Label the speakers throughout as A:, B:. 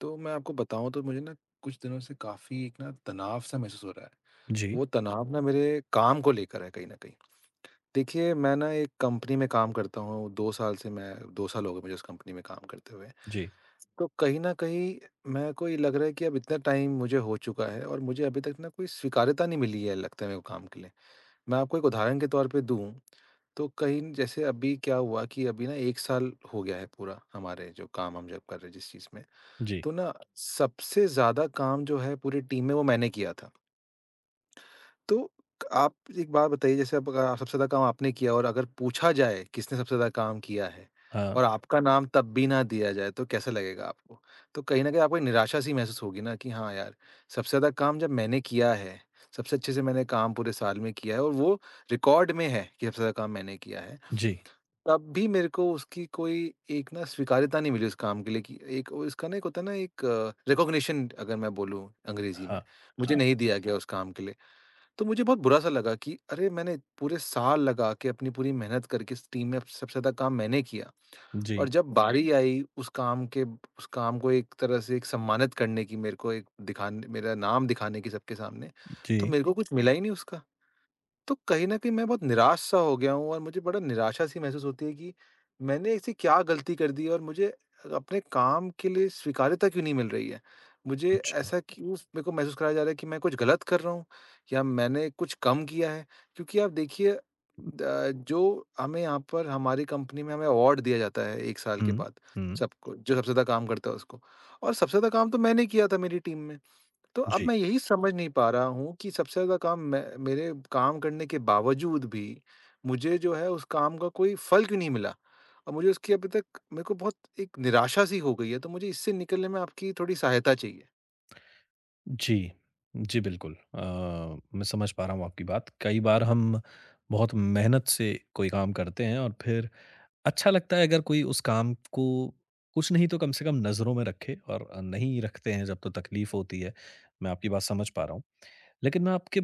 A: तो मैं आपको बताऊँ तो मुझे ना कुछ दिनों से काफ़ी एक ना तनाव-सा महसूस हो रहा है।
B: जी,
A: वो तनाव ना मेरे काम को लेकर है कहीं न कहीं। देखिए, मैं ना एक कंपनी में काम करता हूँ, 2 साल से। मैं 2 साल हो गए मुझे उस कंपनी में काम करते हुए।
B: जी,
A: तो कहीं न कहीं मेरे को ये लग रहा है कि अब इतना टाइम मुझे हो चुका है और मुझे अभी तक ना कोई स्वीकार्यता नहीं मिली है, लगता है मेरे को, काम के लिए। मैं आपको एक उदाहरण के तौर पे दूँ, तो कहीं जैसे अभी क्या हुआ कि अभी ना 1 साल हो गया है पूरा, हमारे जो काम हम जब कर रहे हैं जिस चीज़ में।
B: जी।
A: तो ना सबसे ज़्यादा काम जो है पूरी टीम में, वो मैंने किया था। तो आप एक बात बताइए, जैसे अब अगर सबसे ज़्यादा काम आपने किया और अगर पूछा जाए किसने सबसे ज़्यादा काम किया है
B: हाँ,
A: और आपका नाम तब भी ना दिया जाए, तो कैसा लगेगा आपको? तो कहीं न कहीं आपको एक निराशा-सी महसूस होगी ना कि हाँ यार, सबसे ज़्यादा काम जब मैंने किया है, सबसे अच्छे से मैंने काम पूरे साल में किया है और वो रिकॉर्ड में है कि सबसे ज़्यादा काम मैंने किया है।
B: जी,
A: तब भी मेरे को उसकी कोई एक ना स्वीकार्यता नहीं मिली उस काम के लिए, कि एक वो इसका ना एक होता है ना एक रिकॉग्निशन, अगर मैं बोलूँ अंग्रेज़ी में,
B: हाँ,
A: मुझे नहीं दिया गया उस काम के लिए। तो मुझे बहुत बुरा-सा लगा कि अरे! मैंने पूरे साल लगा के अपनी पूरी मेहनत करके इस टीम में सबसे ज़्यादा काम मैंने किया,
B: जी,
A: और जब, जी, बारी आई उस काम को एक तरह से एक सम्मानित करने की, मेरे को एक दिखाने मेरा नाम दिखाने की सबके सामने, तो
B: जी,
A: मेरे को कुछ अच्छा मिला ही नहीं उसका। तो कहीं न कहीं मैं बहुत निराश सा हो गया हूँ और मुझे बड़ा निराशा सी महसूस होती है कि मैंने ऐसी क्या गलती कर दी है और मुझे अपने काम के लिए स्वीकार्यता क्यों नहीं मिल रही है। मुझे
B: अच्छा।
A: ऐसा क्यों मेरे को महसूस कराया जा रहा है कि मैं कुछ गलत कर रहा हूँ या मैंने कुछ कम किया है? क्योंकि आप देखिए, जो हमें यहाँ पर, हमारी कंपनी में, हमें अवार्ड दिया जाता है 1 साल के
B: हुँ,
A: बाद
B: हुँ,
A: सबको, जो सबसे ज़्यादा काम करता है उसको। और सबसे ज़्यादा काम तो मैंने किया था मेरी टीम में। तो अब
B: जी,
A: मैं यही समझ नहीं पा रहा हूँ कि सबसे ज़्यादा काम मैं, मेरे काम करने के बावजूद भी, मुझे जो है उस काम का कोई फल क्यों नहीं मिला? और मुझे उसकी अभी तक, मेरे को बहुत एक निराशा सी हो गई है, तो मुझे इससे निकलने में आपकी थोड़ी सहायता चाहिए।
B: जी, जी, बिल्कुल। मैं समझ पा रहा हूँ आपकी बात। कई बार हम बहुत मेहनत से कोई काम करते हैं और फिर अच्छा लगता है अगर कोई उस काम को कुछ नहीं तो कम से कम नज़रों में रखे और नहीं रखते हैं जब तो तकलीफ़ होती है। मैं आपकी बात समझ पा रहा हूँ। लेकिन मैं आपके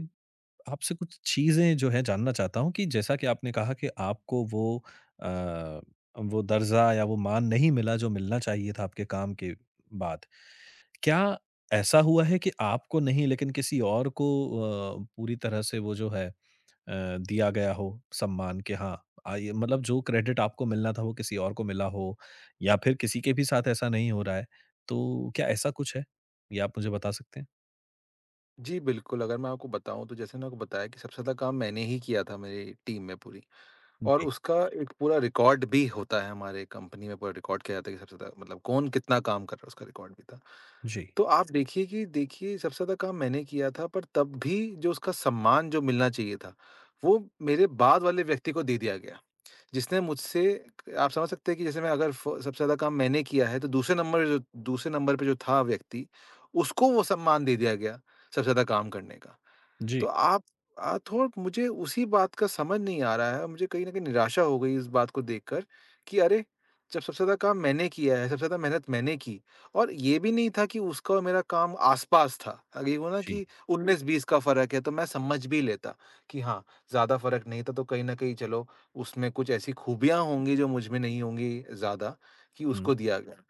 B: आपसे कुछ चीज़ें जो है जानना चाहता हूँ कि जैसा कि आपने कहा कि आपको वो अ, वो दर्जा या वो मान नहीं मिला जो मिलना चाहिए था आपके काम के बाद। क्या ऐसा हुआ है कि आपको नहीं लेकिन किसी और को पूरी तरह से वो जो है दिया गया हो सम्मान कि हाँ, आइए मतलब जो क्रेडिट आपको मिलना था वो किसी और को मिला हो या फिर किसी के भी साथ ऐसा नहीं हो रहा है, तो क्या ऐसा कुछ है? ये आप मुझे बता सकते हैं?
A: जी, बिल्कुल, अगर मैं आपको बताऊँ तो जैसे मैंने आपको बताया कि सबसे ज़्यादा काम मैंने ही किया था मेरी टीम में पूरी। और
B: जी।
A: उसका एक पूरा रिकॉर्ड भी होता है हमारे कंपनी में, पूरा रिकॉर्ड किया जाता है कि सबसे ज़्यादा, मतलब कौन कितना काम कर रहा है, उसका रिकॉर्ड भी था।
B: जी।
A: तो आप देखिए कि देखिए सबसे ज़्यादा काम मैंने किया था, पर तब भी जो उसका सम्मान जो मिलना चाहिए था, वो मेरे बाद वाले व्यक्ति को दे दिया गया। जिसने मुझसे, आप समझ सकते हैं कि जैसे मैं अगर फ सबसे ज़्यादा काम मैंने किया है, तो दूसरे नंबर पे जो था व्यक्ति, उसको वो सम्मान दे दिया गया सबसे ज़्यादा काम करने का। तो
B: जी।
A: आप, थोड़ा मुझे उसी बात का समझ नहीं आ रहा है, मुझे कहीं न कहीं निराशा हो गई इस बात को देखकर कि अरे! जब सबसे ज़्यादा काम मैंने किया है, सबसे ज़्यादा मेहनत मैंने की, और ये भी नहीं था कि उसका और मेरा काम आस-पास था। अगर ये हो ना
B: जी।
A: कि 19-20 का फ़र्क है, तो मैं समझ भी लेता कि हाँ, ज़्यादा फ़र्क नहीं था, तो कहीं न कहीं चलो उसमें कुछ ऐसी खूबियाँ होंगी जो मुझ में नहीं होंगी ज़्यादा, कि
B: हुँ।
A: उसको दिया गया।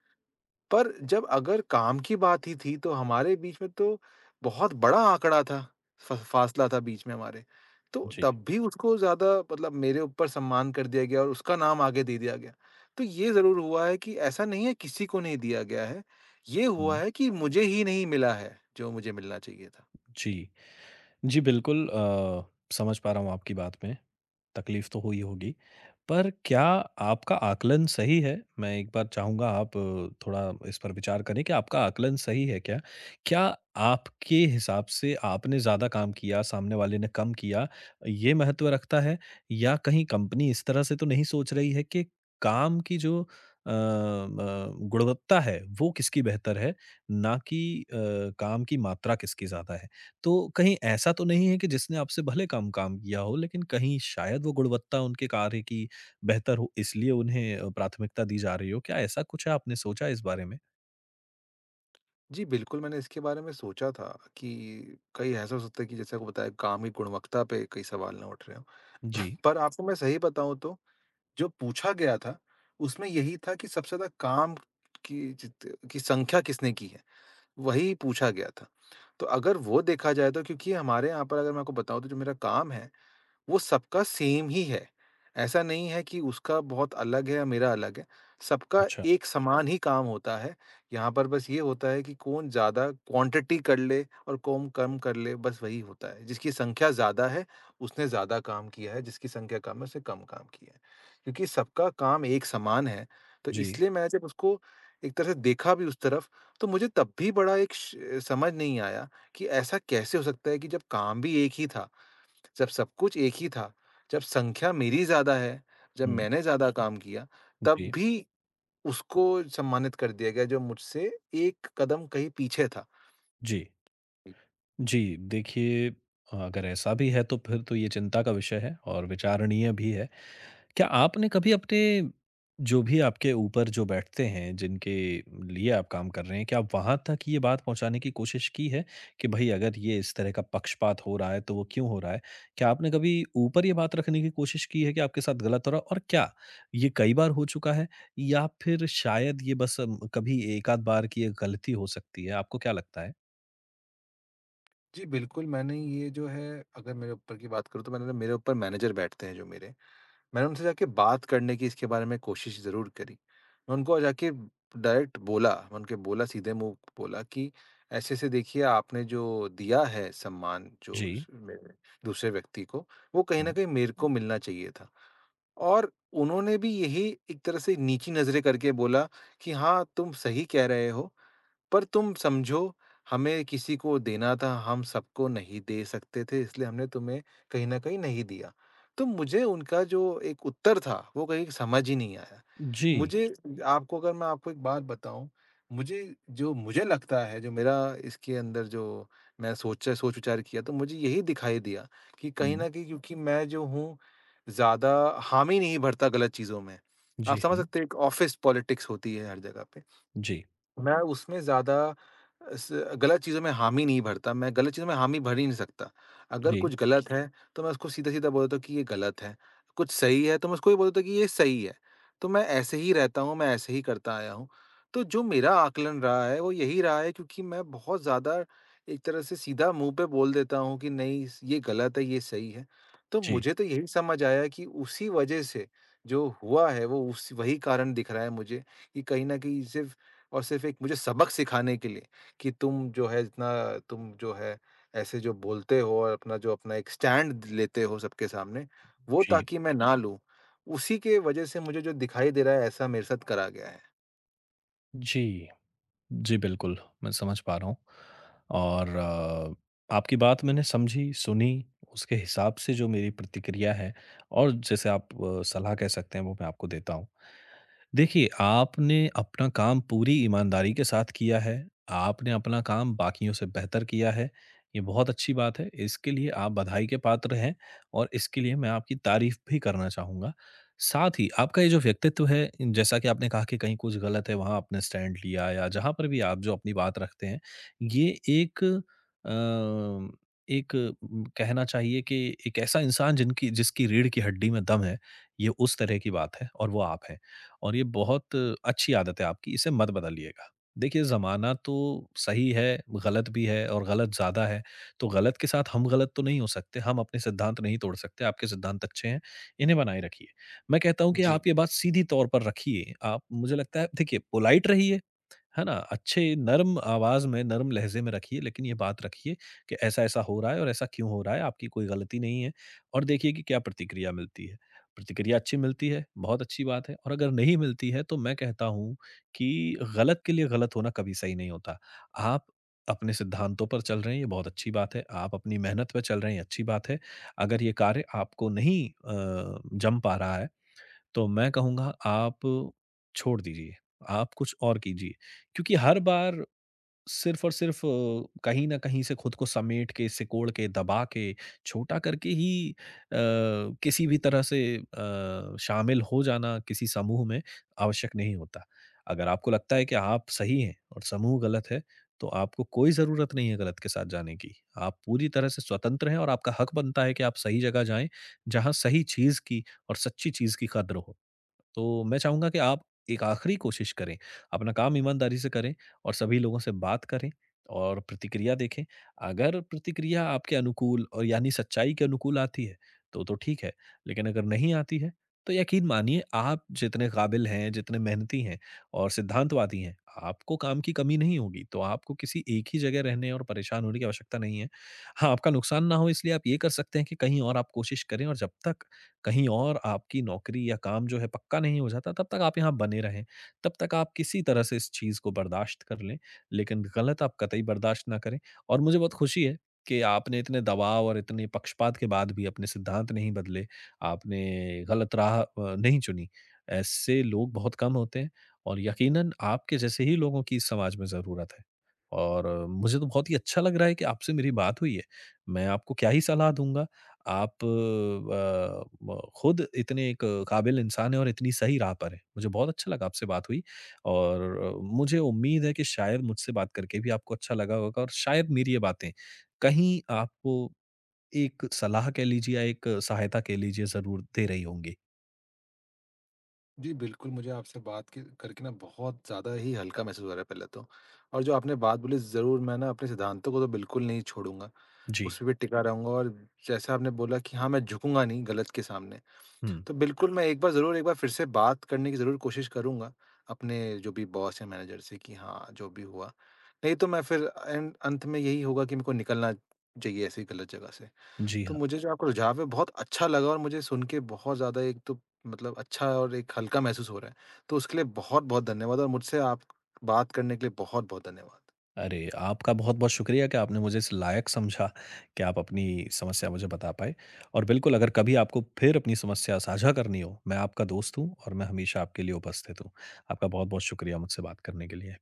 A: पर जब, अगर काम की बात ही थी तो हमारे बीच में तो बहुत बड़ा आंकड़ा था, फ फासला था बीच में हमारे। तो
B: जी।
A: तब भी उसको ज़्यादा, मतलब मेरे ऊपर सम्मान कर दिया गया और उसका नाम आगे दे दिया गया। तो ये ज़रूर हुआ है कि ऐसा नहीं है किसी को नहीं दिया गया है, ये हुआ
B: हुँ।
A: है कि मुझे ही नहीं मिला है जो मुझे मिलना चाहिए था।
B: जी। जी, बिल्कुल समझ पा रहा हूँ आपकी बात मैं, तकलीफ़ तो हुई होगी। पर क्या आपका आकलन सही है? मैं एक बार चाहूँगा आप थोड़ा इस पर विचार करें कि आपका आकलन सही है क्या? क्या आपके हिसाब से आपने ज़्यादा काम किया, सामने वाले ने कम किया, ये महत्व रखता है? या कहीं कंपनी इस तरह से तो नहीं सोच रही है कि काम की जो अ, म गुणवत्ता है, वो किसकी बेहतर है, ना कि अ, काम की मात्रा किसकी ज़्यादा है? तो कहीं ऐसा तो नहीं है कि जिसने आपसे भले कम काम किया हो, लेकिन कहीं शायद वो गुणवत्ता उनके कार्य की बेहतर हो, इसलिए उन्हें प्राथमिकता दी जा रही हो। क्या ऐसा कुछ है आपने सोचा इस बारे में?
A: जी, बिल्कुल, मैंने इसके बारे में सोचा था कि कहीं ऐसा हो सकता है कि, जैसे आपको बताया, काम की गुणवत्ता पे कई सवाल ना उठ रहे हों।
B: जी,
A: पर आपको मैं सही बताऊँ तो, जो पूछा गया था, उसमें यही था कि सबसे ज़्यादा काम की जित की संख्या किसने की है, वही पूछा गया था। तो अगर वो देखा जाए तो, क्योंकि हमारे यहाँ पर, अगर मैं आपको बताऊँ तो, जो मेरा काम है वो सबका सेम ही है। ऐसा नहीं है कि उसका बहुत अलग है या मेरा अलग है। सबका
B: अच्छा।
A: एक समान ही काम होता है। यहाँ पर बस ये होता है कि कौन ज़्यादा क्वांटिटी कर ले और कौन कम कर ले, बस वही होता है। जिसकी संख्या ज़्यादा है, उसने ज़्यादा काम किया है, जिसकी संख्या कम है, उसने कम काम किया है। क्योंकि सबका काम एक समान है, तो
B: जी,
A: इसलिए मैं जब उसको एक तरह से देखा भी उस तरफ, तो मुझे तब भी बड़ा एक श समझ नहीं आया कि ऐसा कैसे हो सकता है कि जब काम भी एक ही था, जब सब कुछ एक ही था, जब संख्या मेरी ज़्यादा है, जब
B: हुँ,
A: मैंने ज़्यादा काम किया, तब
B: जी,
A: भी उसको सम्मानित कर दिया गया जो मुझसे एक कदम कहीं पीछे था।
B: जी।
A: जी।
B: जी, देखिए अगर ऐसा भी है तो फिर तो ये चिंता का विषय है और विचारणीय भी है। क्या आपने कभी अपने जो भी आपके ऊपर जो बैठते हैं, जिनके लिए आप काम कर रहे हैं, क्या आप वहाँ तक ये बात पहुँचाने की कोशिश की है कि भई अगर ये इस तरह का पक्षपात हो रहा है, तो वो क्यों हो रहा है? क्या आपने कभी ऊपर ये बात रखने की कोशिश की है कि आपके साथ गलत हो रहा है और क्या ये कई बार हो चुका है या फिर शायद ये बस कभी एक-आध बार की ये गलती हो सकती है? आपको क्या लगता है?
A: जी, बिल्कुल, मैंने ये जो है, अगर मेरे ऊपर की बात करूँ तो मैंने, मेरे ऊपर मैनेजर बैठते हैं जो मेरे, मैंने उनसे जाके बात करने की इसके बारे में कोशिश ज़रूर करी। मैं उनको जाके डायरेक्ट बोला, मैं उनके बोला सीधे मुँह बोला कि ऐसे-ऐसे देखिए, आपने जो दिया है सम्मान, जो स
B: जी।
A: मेरे दूसरे व्यक्ति को, वो कहीं न
B: हुँ।
A: कहीं मेरे को मिलना चाहिए था। और उन्होंने भी यही एक तरह से नीची नज़रें करके बोला कि हाँ, तुम सही कह रहे हो, पर तुम समझो, हमें किसी को देना था, हम सबको नहीं दे सकते थे, इसलिए हमने तुम्हें कहीं न कहीं नहीं दिया। तो मुझे उनका जो एक उत्तर था वो कहीं समझ ही नहीं आया।
B: जी।
A: मुझे, आपको, अगर मैं आपको एक बात बताऊँ, मुझे, जो मुझे लगता है, जो मेरा इसके अंदर, जो मैं सोच विचार किया, तो मुझे यही दिखाई दिया कि कहीं
B: हुँ।
A: न कहीं क्योंकि मैं जो हूँ, ज़्यादा हामी नहीं भरता गलत चीज़ों में। आप
B: जी,
A: समझ
B: हाँ।
A: सकते हैं, एक ऑफ़िस पॉलिटिक्स होती है हर जगह पे।
B: जी।
A: मैं उसमें ज़्यादा, स गलत चीज़ों में हामी नहीं भरता, मैं गलत चीज़ों में हामी भर ही नहीं सकता। अगर
B: जी।
A: कुछ गलत, जी, है, तो मैं उसको सीधा-सीधा बोल देता हूँ कि ये गलत है। कुछ सही है, तो मैं उसको ये बोल देता हूँ कि ये सही है। तो मैं ऐसे ही रहता हूँ, मैं ऐसे ही करता आया हूँ। तो जो मेरा आकलन रहा है, वो यही रहा है, क्योंकि मैं बहुत ज़्यादा एक तरह से सीधा मुँह पे बोल देता हूँ कि नहीं, स ये गलत है, ये सही है। तो
B: जी।
A: मुझे तो यही समझ आया कि उसी वजह से जो हुआ है, वो उस वही कारण दिख रहा है मुझे कि कहीं न कहीं सिर्फ़ और सिर्फ़ एक मुझे सबक सिखाने के लिए कि तुम जो है जितना, तुम जो है ऐसे जो बोलते हो और अपना जो अपना एक स्टैंड लेते हो सबके सामने, वो
B: जी।
A: ताकि मैं ना लूँ। उसी के वजह से मुझे जो दिखाई दे रहा है ऐसा मेरे साथ करा गया है।
B: जी। जी, बिल्कुल, मैं समझ पा रहा हूँ और आपकी बात मैंने समझी, सुनी, उसके हिसाब से जो मेरी प्रतिक्रिया है और जैसे आप सलाह कह सकते हैं, वो मैं आपको देता हूँ। देखिए, आपने अपना काम पूरी ईमानदारी के साथ किया है, आपने अपना काम बाकियों से बेहतर किया है, ये बहुत अच्छी बात है, इसके लिए आप बधाई के पात्र हैं और इसके लिए मैं आपकी तारीफ़ भी करना चाहूँगा। साथ ही आपका ये जो व्यक्तित्व है, जैसा कि आपने कहा कि कहीं कुछ गलत है वहाँ आपने स्टैंड लिया या जहाँ पर भी आप जो अपनी बात रखते हैं, ये एक अ, एक उम, कहना चाहिए कि एक ऐसा इंसान जिनकी जिसकी रीढ़ की हड्डी में दम है, ये उस तरह की बात है और वो आप हैं। और ये बहुत अच्छी आदत है आपकी, इसे मत बदलिएगा। देखिए ज़माना तो सही है, गलत भी है और गलत ज़्यादा है, तो गलत के साथ हम गलत तो नहीं हो सकते, हम अपने सिद्धांत नहीं तोड़ सकते, आपके सिद्धांत अच्छे हैं, इन्हें बनाए रखिए। मैं कहता हूँ कि
A: जी।
B: आप ये बात सीधी तौर पर रखिए। आप मुझे लगता है देखिए पोलाइट रहिए, है ना? अच्छे नर्म आवाज़ में, नर्म लहज़े में रखिए लेकिन ये बात रखिए कि ऐसा-ऐसा हो रहा है और ऐसा क्यों हो रहा है? आपकी कोई गलती नहीं है और देखिए कि क्या प्रतिक्रिया मिलती है। प्रतिक्रिया अच्छी मिलती है, बहुत अच्छी बात है और अगर नहीं मिलती है तो मैं कहता हूँ कि गलत के लिए गलत होना कभी सही नहीं होता। आप अपने सिद्धांतों पर चल रहे हैं, ये बहुत अच्छी बात है। आप अपनी मेहनत पे चल रहे हैं, ये अच्छी बात है। अगर ये कार्य आपको नहीं जम पा रहा है तो मैं कहूँगा आप छोड़ दीजिए, आप कुछ और कीजिए। क्योंकि हर बार सिर्फ़ और सिर्फ़ कहीं न कहीं से खुद को समेट के, सिकोड़ के, दबा के, छोटा करके ही किसी भी तरह से शामिल हो जाना किसी समूह में आवश्यक नहीं होता। अगर आपको लगता है कि आप सही हैं और समूह गलत है, तो आपको कोई ज़रूरत नहीं है गलत के साथ जाने की। आप पूरी तरह से स्वतंत्र हैं और आपका हक बनता है कि आप सही जगह जाएँ, जहाँ सही चीज़ की और सच्ची चीज़ की कद्र हो। तो मैं चाहूँगा कि आप एक आखिरी कोशिश करें, अपना काम ईमानदारी से करें और सभी लोगों से बात करें और प्रतिक्रिया देखें। अगर प्रतिक्रिया आपके अनुकूल और यानी सच्चाई के अनुकूल आती है, तो ठीक है, लेकिन अगर नहीं आती है, तो यकीन मानिए आप जितने काबिल हैं, जितने मेहनती हैं और सिद्धांतवादी हैं, आपको काम की कमी नहीं होगी, तो आपको किसी एक ही जगह रहने और परेशान होने की आवश्यकता नहीं है। हाँ, आपका नुकसान ना हो इसलिए आप ये कर सकते हैं कि कहीं और आप कोशिश करें और जब तक कहीं और आपकी नौकरी या काम जो है पक्का नहीं हो जाता, तब तक आप यहाँ बने रहें। तब तक आप किसी तरह से इस चीज़ को बर्दाश्त कर लें, लेकिन गलत आप कतई बर्दाश्त ना करें और मुझे बहुत खुशी है कि आपने इतने दबाव और इतने पक्षपात के बाद भी अपने सिद्धांत नहीं बदले, आपने गलत राह नहीं चुनी। ऐसे लोग बहुत कम होते हैं और यकीनन आपके जैसे ही लोगों की इस समाज में ज़रूरत है। और मुझे तो बहुत ही अच्छा लग रहा है कि आपसे मेरी बात हुई है। मैं आपको क्या ही सलाह दूँगा आप अ, म खुद इतने एक काबिल इंसान हैं और इतनी सही राह पर हैं। मुझे बहुत अच्छा लगा आपसे बात हुई और मुझे उम्मीद है कि शायद मुझसे बात करके भी आपको अच्छा लगा होगा और शायद मेरी ये बातें कहीं आपको एक सलाह कह लीजिए या एक सहायता कह लीजिए ज़रूर दे रही होंगी।
A: जी, बिल्कुल, मुझे आपसे बात के करके ना बहुत ज़्यादा ही हल्का महसूस हो रहा है पहले तो। और जो आपने बात बोली, ज़रूर मैं ना अपने सिद्धांतों को तो बिल्कुल नहीं छोड़ूँगा,
B: जी।
A: उस पे भी टिका रहूँगा, और जैसा आपने बोला कि हाँ, मैं झुकूँगा नहीं गलत के सामने।
B: हुँ।
A: तो बिल्कुल, मैं एक बार ज़रूर, एक बार फिर से बात करने की ज़रूर कोशिश करूँगा, अपने जो भी बॉस या मैनेजर से कि हाँ, जो भी हुआ। नहीं तो मैं फिर एंड अंत में यही होगा कि मेरे को निकलना चाहिए ऐसी गलत जगह से।
B: जी
A: तो
B: हाँ।
A: मुझे जो आपका रुझाव है बहुत अच्छा लगा और मुझे सुन के बहुत ज़्यादा एक तो मतलब अच्छा और एक हल्का महसूस हो रहा है। तो उसके लिए बहुत-बहुत धन्यवाद और मुझसे आप बात करने के लिए बहुत-बहुत धन्यवाद।
B: अरे! आपका बहुत-बहुत शुक्रिया कि आपने मुझे इस लायक समझा कि आप अपनी समस्या मुझे बता पाए और बिल्कुल अगर कभी आपको फिर अपनी समस्या साझा करनी हो, मैं आपका दोस्त हूँ और मैं हमेशा आपके लिए उपस्थित हूँ। आपका बहुत-बहुत शुक्रिया मुझसे बात करने के लिए।